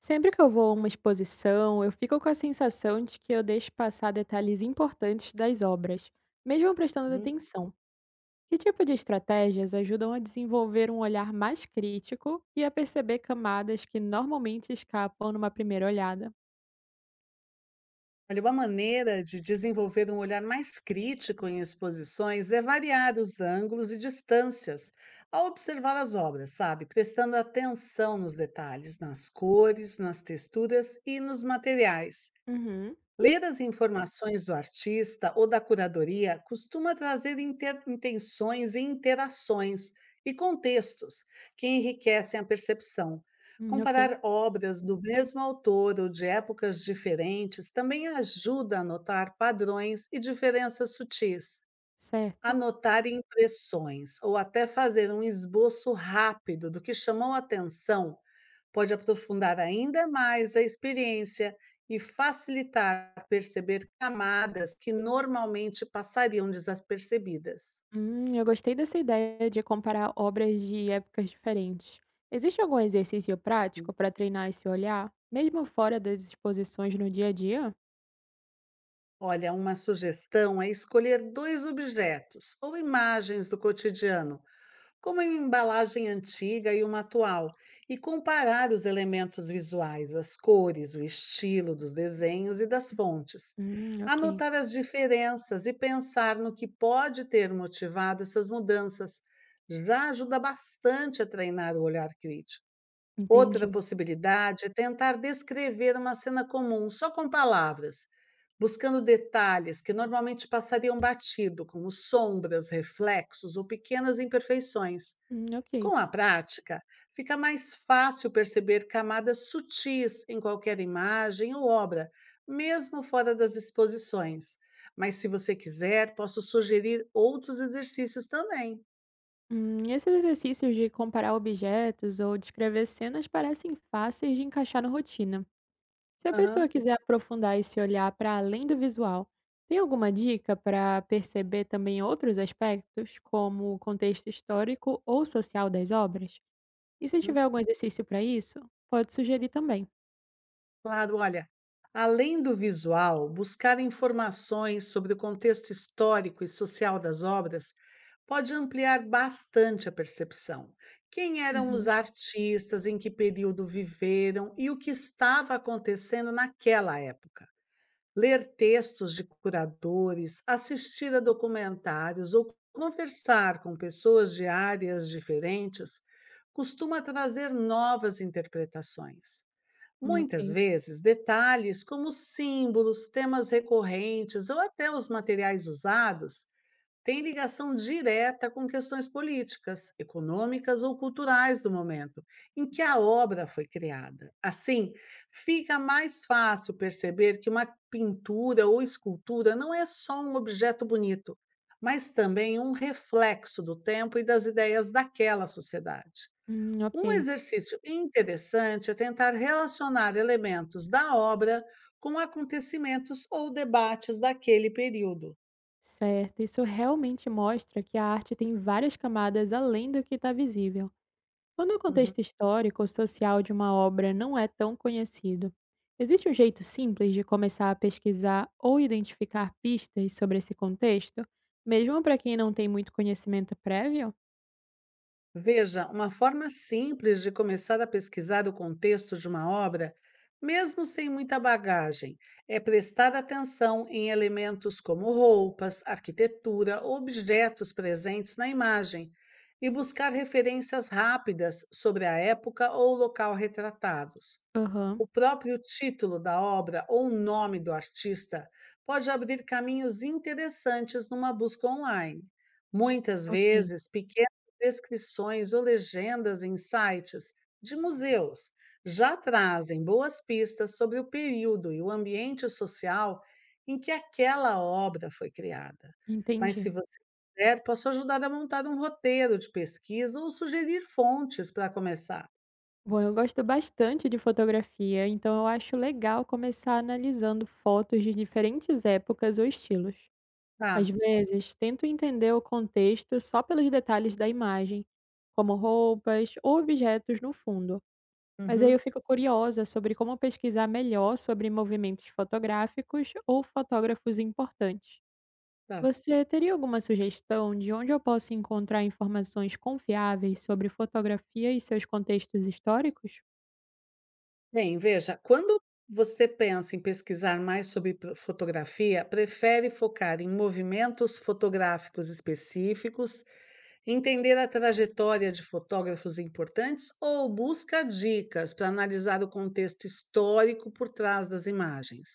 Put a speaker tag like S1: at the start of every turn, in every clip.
S1: Sempre que eu vou a uma exposição, eu fico com a sensação de que eu deixo passar detalhes importantes das obras, mesmo prestando
S2: Uhum.
S1: atenção. Que tipo de estratégias ajudam a desenvolver um olhar mais crítico e a perceber camadas que normalmente escapam numa primeira olhada?
S2: Olha, uma maneira de desenvolver um olhar mais crítico em exposições é variar os ângulos e distâncias ao observar as obras, sabe? Prestando atenção nos detalhes, nas cores, nas texturas e nos materiais.
S1: Uhum.
S2: Ler as informações do artista ou da curadoria costuma trazer intenções e interações e contextos que enriquecem a percepção.
S1: Ok,
S2: Comparar obras do mesmo autor ou de épocas diferentes também ajuda a notar padrões e diferenças sutis.
S1: certo.
S2: Anotar impressões ou até fazer um esboço rápido do que chamou a atenção pode aprofundar ainda mais a experiência e facilitar perceber camadas que normalmente passariam desapercebidas.
S1: Eu gostei dessa ideia de comparar obras de épocas diferentes. Existe algum exercício prático para treinar esse olhar, mesmo fora das exposições no dia a dia?
S2: Olha, uma sugestão é escolher dois objetos ou imagens do cotidiano como em embalagem antiga e uma atual, e comparar os elementos visuais, as cores, o estilo dos desenhos e das fontes.
S1: Ok.
S2: Anotar as diferenças e pensar no que pode ter motivado essas mudanças já ajuda bastante a treinar o olhar crítico. Outra
S1: Entendi.
S2: possibilidade é tentar descrever uma cena comum só com palavras, buscando detalhes que normalmente passariam batido, como sombras, reflexos ou pequenas imperfeições.
S1: Ok.
S2: Com a prática, fica mais fácil perceber camadas sutis em qualquer imagem ou obra, mesmo fora das exposições. Mas se você quiser, posso sugerir outros exercícios também.
S1: Esses exercícios de comparar objetos ou descrever cenas parecem fáceis de encaixar na rotina. Se a pessoa
S2: Aham.
S1: quiser aprofundar esse olhar para além do visual, tem alguma dica para perceber também outros aspectos, como o contexto histórico ou social das obras? E se
S2: Hum.
S1: tiver algum exercício para isso, pode sugerir também.
S2: Claro, olha, além do visual, buscar informações sobre o contexto histórico e social das obras pode ampliar bastante a percepção. Quem eram os
S1: Uhum.
S2: artistas, em que período viveram e o que estava acontecendo naquela época. Ler textos de curadores, assistir a documentários ou conversar com pessoas de áreas diferentes costuma trazer novas interpretações. Muitas
S1: Ok.
S2: vezes, detalhes como símbolos, temas recorrentes ou até os materiais usados têm ligação direta com questões políticas, econômicas ou culturais do momento em que a obra foi criada. Assim, fica mais fácil perceber que uma pintura ou escultura não é só um objeto bonito, mas também um reflexo do tempo e das ideias daquela sociedade. Um
S1: Ok.
S2: exercício interessante é tentar relacionar elementos da obra com acontecimentos ou debates daquele período.
S1: Certo. Isso realmente mostra que a arte tem várias camadas além do que está visível. Quando o
S2: Uhum.
S1: contexto histórico ou social de uma obra não é tão conhecido, existe um jeito simples de começar a pesquisar ou identificar pistas sobre esse contexto, mesmo para quem não tem muito conhecimento prévio?
S2: Veja, uma forma simples de começar a pesquisar o contexto de uma obra, mesmo sem muita bagagem, é prestar atenção em elementos como roupas, arquitetura, objetos presentes na imagem e buscar referências rápidas sobre a época ou local retratados.
S1: Aham,
S2: O próprio título da obra ou o nome do artista pode abrir caminhos interessantes numa busca online. Muitas
S1: ok,
S2: vezes, pequenas descrições ou legendas em sites de museus já trazem boas pistas sobre o período e o ambiente social em que aquela obra foi criada. Mas,
S1: entendi.
S2: se você quiser, posso ajudar a montar um roteiro de pesquisa ou sugerir fontes para começar.
S1: Bom, eu gosto bastante de fotografia, então eu acho legal começar analisando fotos de diferentes épocas ou estilos. Às
S2: Tá.
S1: vezes, tento entender o contexto só pelos detalhes da imagem, como roupas ou objetos no fundo. Mas aí eu
S2: Uhum.
S1: fico curiosa sobre como pesquisar melhor sobre movimentos fotográficos ou fotógrafos importantes.
S2: Tá.
S1: Você teria alguma sugestão de onde eu posso encontrar informações confiáveis sobre fotografia e seus contextos históricos?
S2: Bem, veja, quando você pensa em pesquisar mais sobre fotografia, prefere focar em movimentos fotográficos específicos, entender a trajetória de fotógrafos importantes ou busca dicas para analisar o contexto histórico por trás das imagens?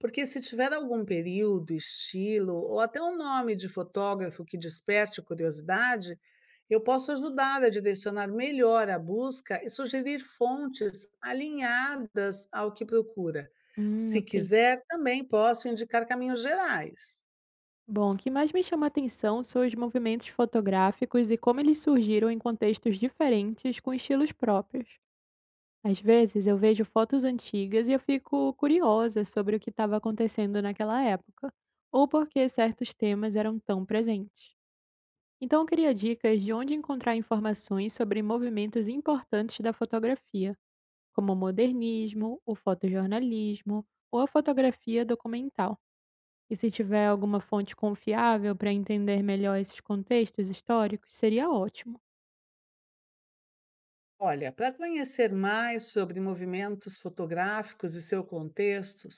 S2: Porque se tiver algum período, estilo ou até um nome de fotógrafo que desperte curiosidade, eu posso ajudar a direcionar melhor a busca e sugerir fontes alinhadas ao que procura. Se
S1: Ok.
S2: quiser, também posso indicar caminhos gerais.
S1: Bom, o que mais me chama a atenção são os movimentos fotográficos e como eles surgiram em contextos diferentes com estilos próprios. Às vezes eu vejo fotos antigas e eu fico curiosa sobre o que estava acontecendo naquela época, ou porque certos temas eram tão presentes. Então eu queria dicas de onde encontrar informações sobre movimentos importantes da fotografia, como o modernismo, o fotojornalismo ou a fotografia documental. E se tiver alguma fonte confiável para entender melhor esses contextos históricos, seria ótimo.
S2: Olha, para conhecer mais sobre movimentos fotográficos e seu contexto,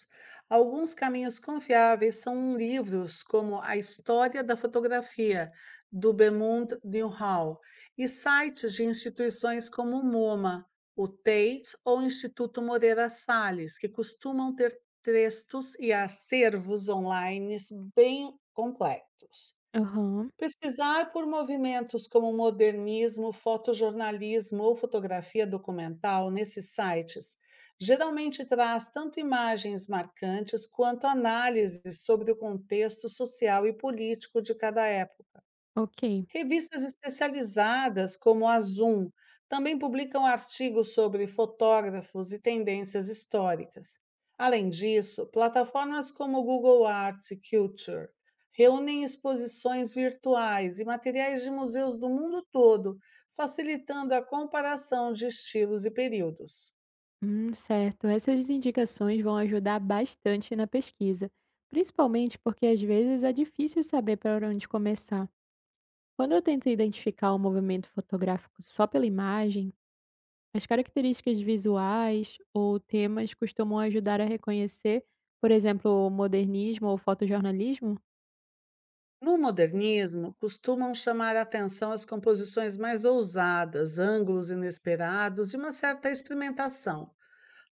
S2: alguns caminhos confiáveis são livros como A História da Fotografia, do Bemund Newhall, e sites de instituições como o MoMA, o Tate ou o Instituto Moreira Salles, que costumam ter textos e acervos online bem completos.
S1: Aham,
S2: Pesquisar por movimentos como modernismo, fotojornalismo ou fotografia documental nesses sites geralmente traz tanto imagens marcantes quanto análises sobre o contexto social e político de cada época.
S1: ok.
S2: Revistas especializadas, como a Zoom, também publicam artigos sobre fotógrafos e tendências históricas. Além disso, plataformas como Google Arts e Culture reúnem exposições virtuais e materiais de museus do mundo todo, facilitando a comparação de estilos e períodos.
S1: Certo. Essas indicações vão ajudar bastante na pesquisa, principalmente porque às vezes é difícil saber para onde começar. Quando eu tento identificar o movimento fotográfico só pela imagem, as características visuais ou temas costumam ajudar a reconhecer, por exemplo, o modernismo ou fotojornalismo?
S2: No modernismo, costumam chamar a atenção as composições mais ousadas, ângulos inesperados e uma certa experimentação,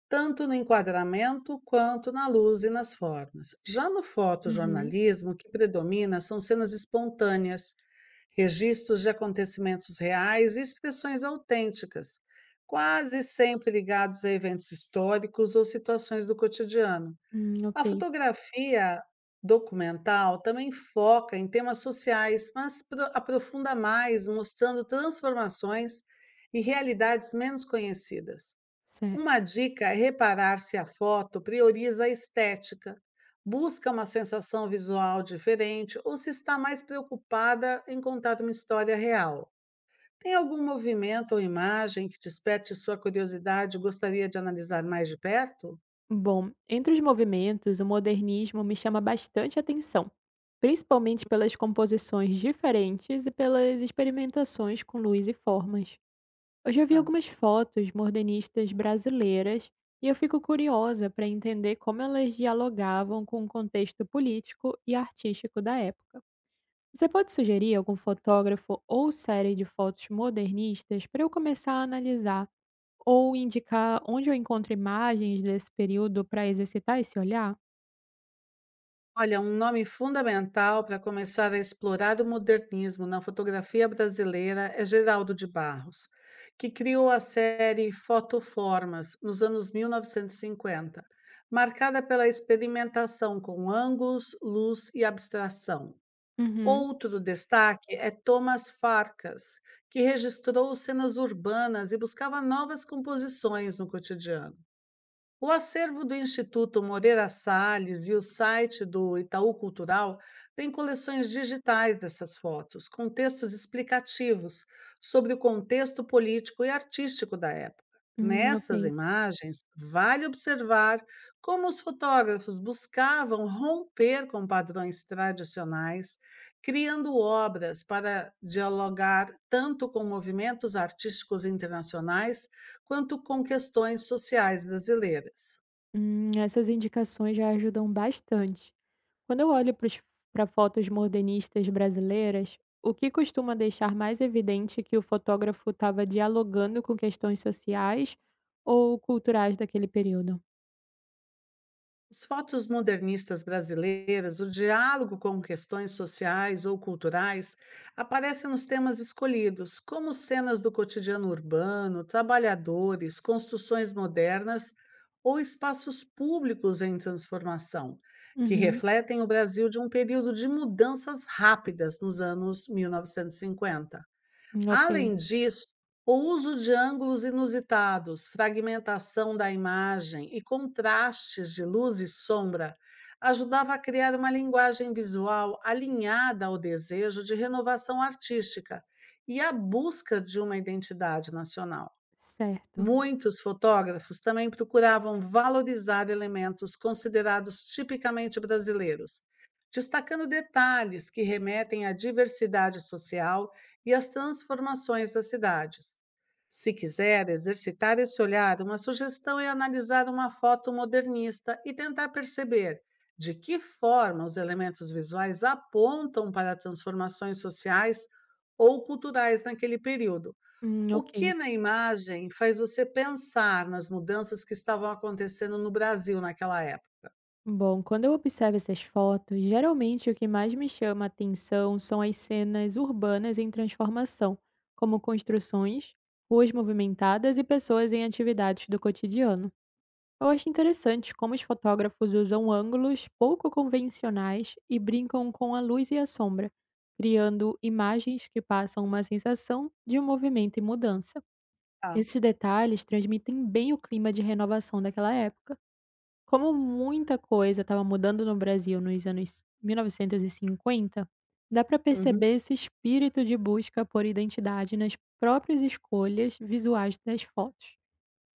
S2: tanto no enquadramento quanto na luz e nas formas. Já no
S1: Uhum.
S2: fotojornalismo, o que predomina são cenas espontâneas, registros de acontecimentos reais e expressões autênticas, quase sempre ligados a eventos históricos ou situações do cotidiano.
S1: Ok,
S2: A fotografia documental também foca em temas sociais, mas aprofunda mais, mostrando transformações e realidades menos conhecidas.
S1: certo.
S2: Uma dica é reparar se a foto prioriza a estética, busca uma sensação visual diferente ou se está mais preocupada em contar uma história real. Tem algum movimento ou imagem que desperte sua curiosidade e gostaria de analisar mais de perto?
S1: Bom, entre os movimentos, o modernismo me chama bastante atenção, principalmente pelas composições diferentes e pelas experimentações com luz e formas. Eu já vi
S2: Tá.
S1: algumas fotos modernistas brasileiras e eu fico curiosa para entender como elas dialogavam com o contexto político e artístico da época. Você pode sugerir algum fotógrafo ou série de fotos modernistas para eu começar a analisar? Ou indicar onde eu encontro imagens desse período para exercitar esse olhar?
S2: Olha, um nome fundamental para começar a explorar o modernismo na fotografia brasileira é Geraldo de Barros, que criou a série Fotoformas nos anos 1950, marcada pela experimentação com ângulos, luz e abstração.
S1: Uhum.
S2: Outro destaque é Thomas Farkas, que registrou cenas urbanas e buscava novas composições no cotidiano. O acervo do Instituto Moreira Salles e o site do Itaú Cultural têm coleções digitais dessas fotos, com textos explicativos sobre o contexto político e artístico da época.
S1: Ok.
S2: Nessas imagens, vale observar como os fotógrafos buscavam romper com padrões tradicionais, criando obras para dialogar tanto com movimentos artísticos internacionais quanto com questões sociais brasileiras.
S1: Essas indicações já ajudam bastante. Quando eu olho para fotos modernistas brasileiras, o que costuma deixar mais evidente é que o fotógrafo estava dialogando com questões sociais ou culturais daquele período?
S2: As fotos modernistas brasileiras, o diálogo com questões sociais ou culturais aparecem nos temas escolhidos, como cenas do cotidiano urbano, trabalhadores, construções modernas ou espaços públicos em transformação, que
S1: Uhum.
S2: refletem o Brasil de um período de mudanças rápidas nos anos 1950.
S1: Ok,
S2: Além disso, o uso de ângulos inusitados, fragmentação da imagem e contrastes de luz e sombra ajudava a criar uma linguagem visual alinhada ao desejo de renovação artística e à busca de uma identidade nacional.
S1: certo.
S2: Muitos fotógrafos também procuravam valorizar elementos considerados tipicamente brasileiros, destacando detalhes que remetem à diversidade social e às transformações das cidades. Se quiser exercitar esse olhar, uma sugestão é analisar uma foto modernista e tentar perceber de que forma os elementos visuais apontam para transformações sociais ou culturais naquele período. O
S1: Ok.
S2: que na imagem faz você pensar nas mudanças que estavam acontecendo no Brasil naquela época?
S1: Bom, quando eu observo essas fotos, geralmente o que mais me chama a atenção são as cenas urbanas em transformação, como construções, ruas movimentadas e pessoas em atividades do cotidiano. Eu acho interessante como os fotógrafos usam ângulos pouco convencionais e brincam com a luz e a sombra, criando imagens que passam uma sensação de movimento e mudança.
S2: Tá.
S1: Esses detalhes transmitem bem o clima de renovação daquela época. Como muita coisa estava mudando no Brasil nos anos 1950, dá para
S2: Uhum,
S1: perceber esse espírito de busca por identidade nas próprias escolhas visuais das fotos.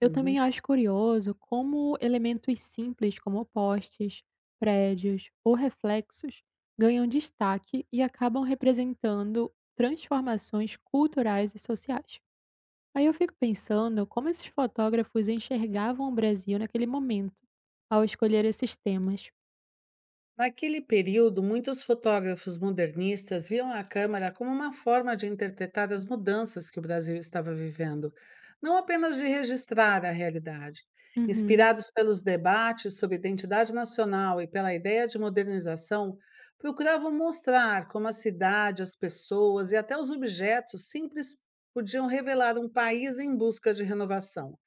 S1: Eu também
S2: uhum.
S1: acho curioso como elementos simples como postes, prédios ou reflexos ganham destaque e acabam representando transformações culturais e sociais. Aí eu fico pensando como esses fotógrafos enxergavam o Brasil naquele momento ao escolher esses temas.
S2: Naquele período, muitos fotógrafos modernistas viam a câmera como uma forma de interpretar as mudanças que o Brasil estava vivendo, não apenas de registrar a realidade.
S1: Uhum,
S2: Inspirados pelos debates sobre identidade nacional e pela ideia de modernização, procuravam mostrar como a cidade, as pessoas e até os objetos simples podiam revelar um país em busca de renovação.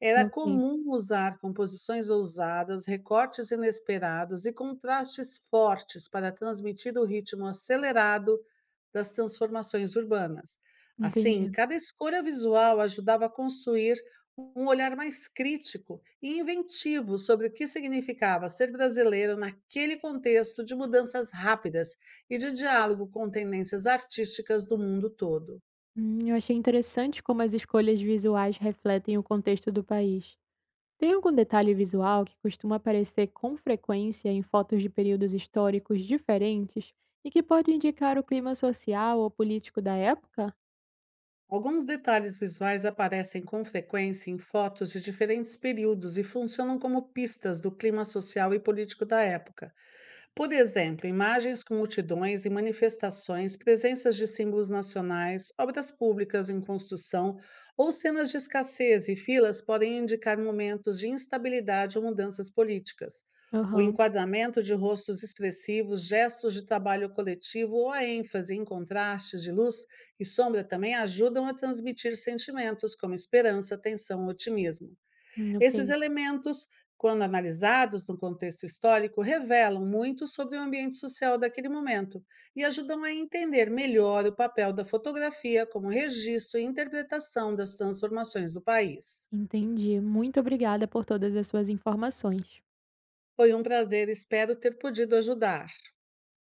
S2: Era
S1: ok,
S2: comum usar composições ousadas, recortes inesperados e contrastes fortes para transmitir o ritmo acelerado das transformações urbanas. Assim,
S1: entendi.
S2: cada escolha visual ajudava a construir um olhar mais crítico e inventivo sobre o que significava ser brasileiro naquele contexto de mudanças rápidas e de diálogo com tendências artísticas do mundo todo.
S1: Eu achei interessante como as escolhas visuais refletem o contexto do país. Tem algum detalhe visual que costuma aparecer com frequência em fotos de períodos históricos diferentes e que pode indicar o clima social ou político da época?
S2: Alguns detalhes visuais aparecem com frequência em fotos de diferentes períodos e funcionam como pistas do clima social e político da época. Por exemplo, imagens com multidões e manifestações, presenças de símbolos nacionais, obras públicas em construção ou cenas de escassez e filas podem indicar momentos de instabilidade ou mudanças políticas. O
S1: Aham,
S2: enquadramento de rostos expressivos, gestos de trabalho coletivo ou a ênfase em contrastes de luz e sombra também ajudam a transmitir sentimentos como esperança, tensão, otimismo. Esses
S1: ok,
S2: elementos, quando analisados no contexto histórico, revelam muito sobre o ambiente social daquele momento e ajudam a entender melhor o papel da fotografia como registro e interpretação das transformações do país.
S1: entendi. Muito obrigada por todas as suas informações.
S2: Foi um prazer, espero ter podido ajudar.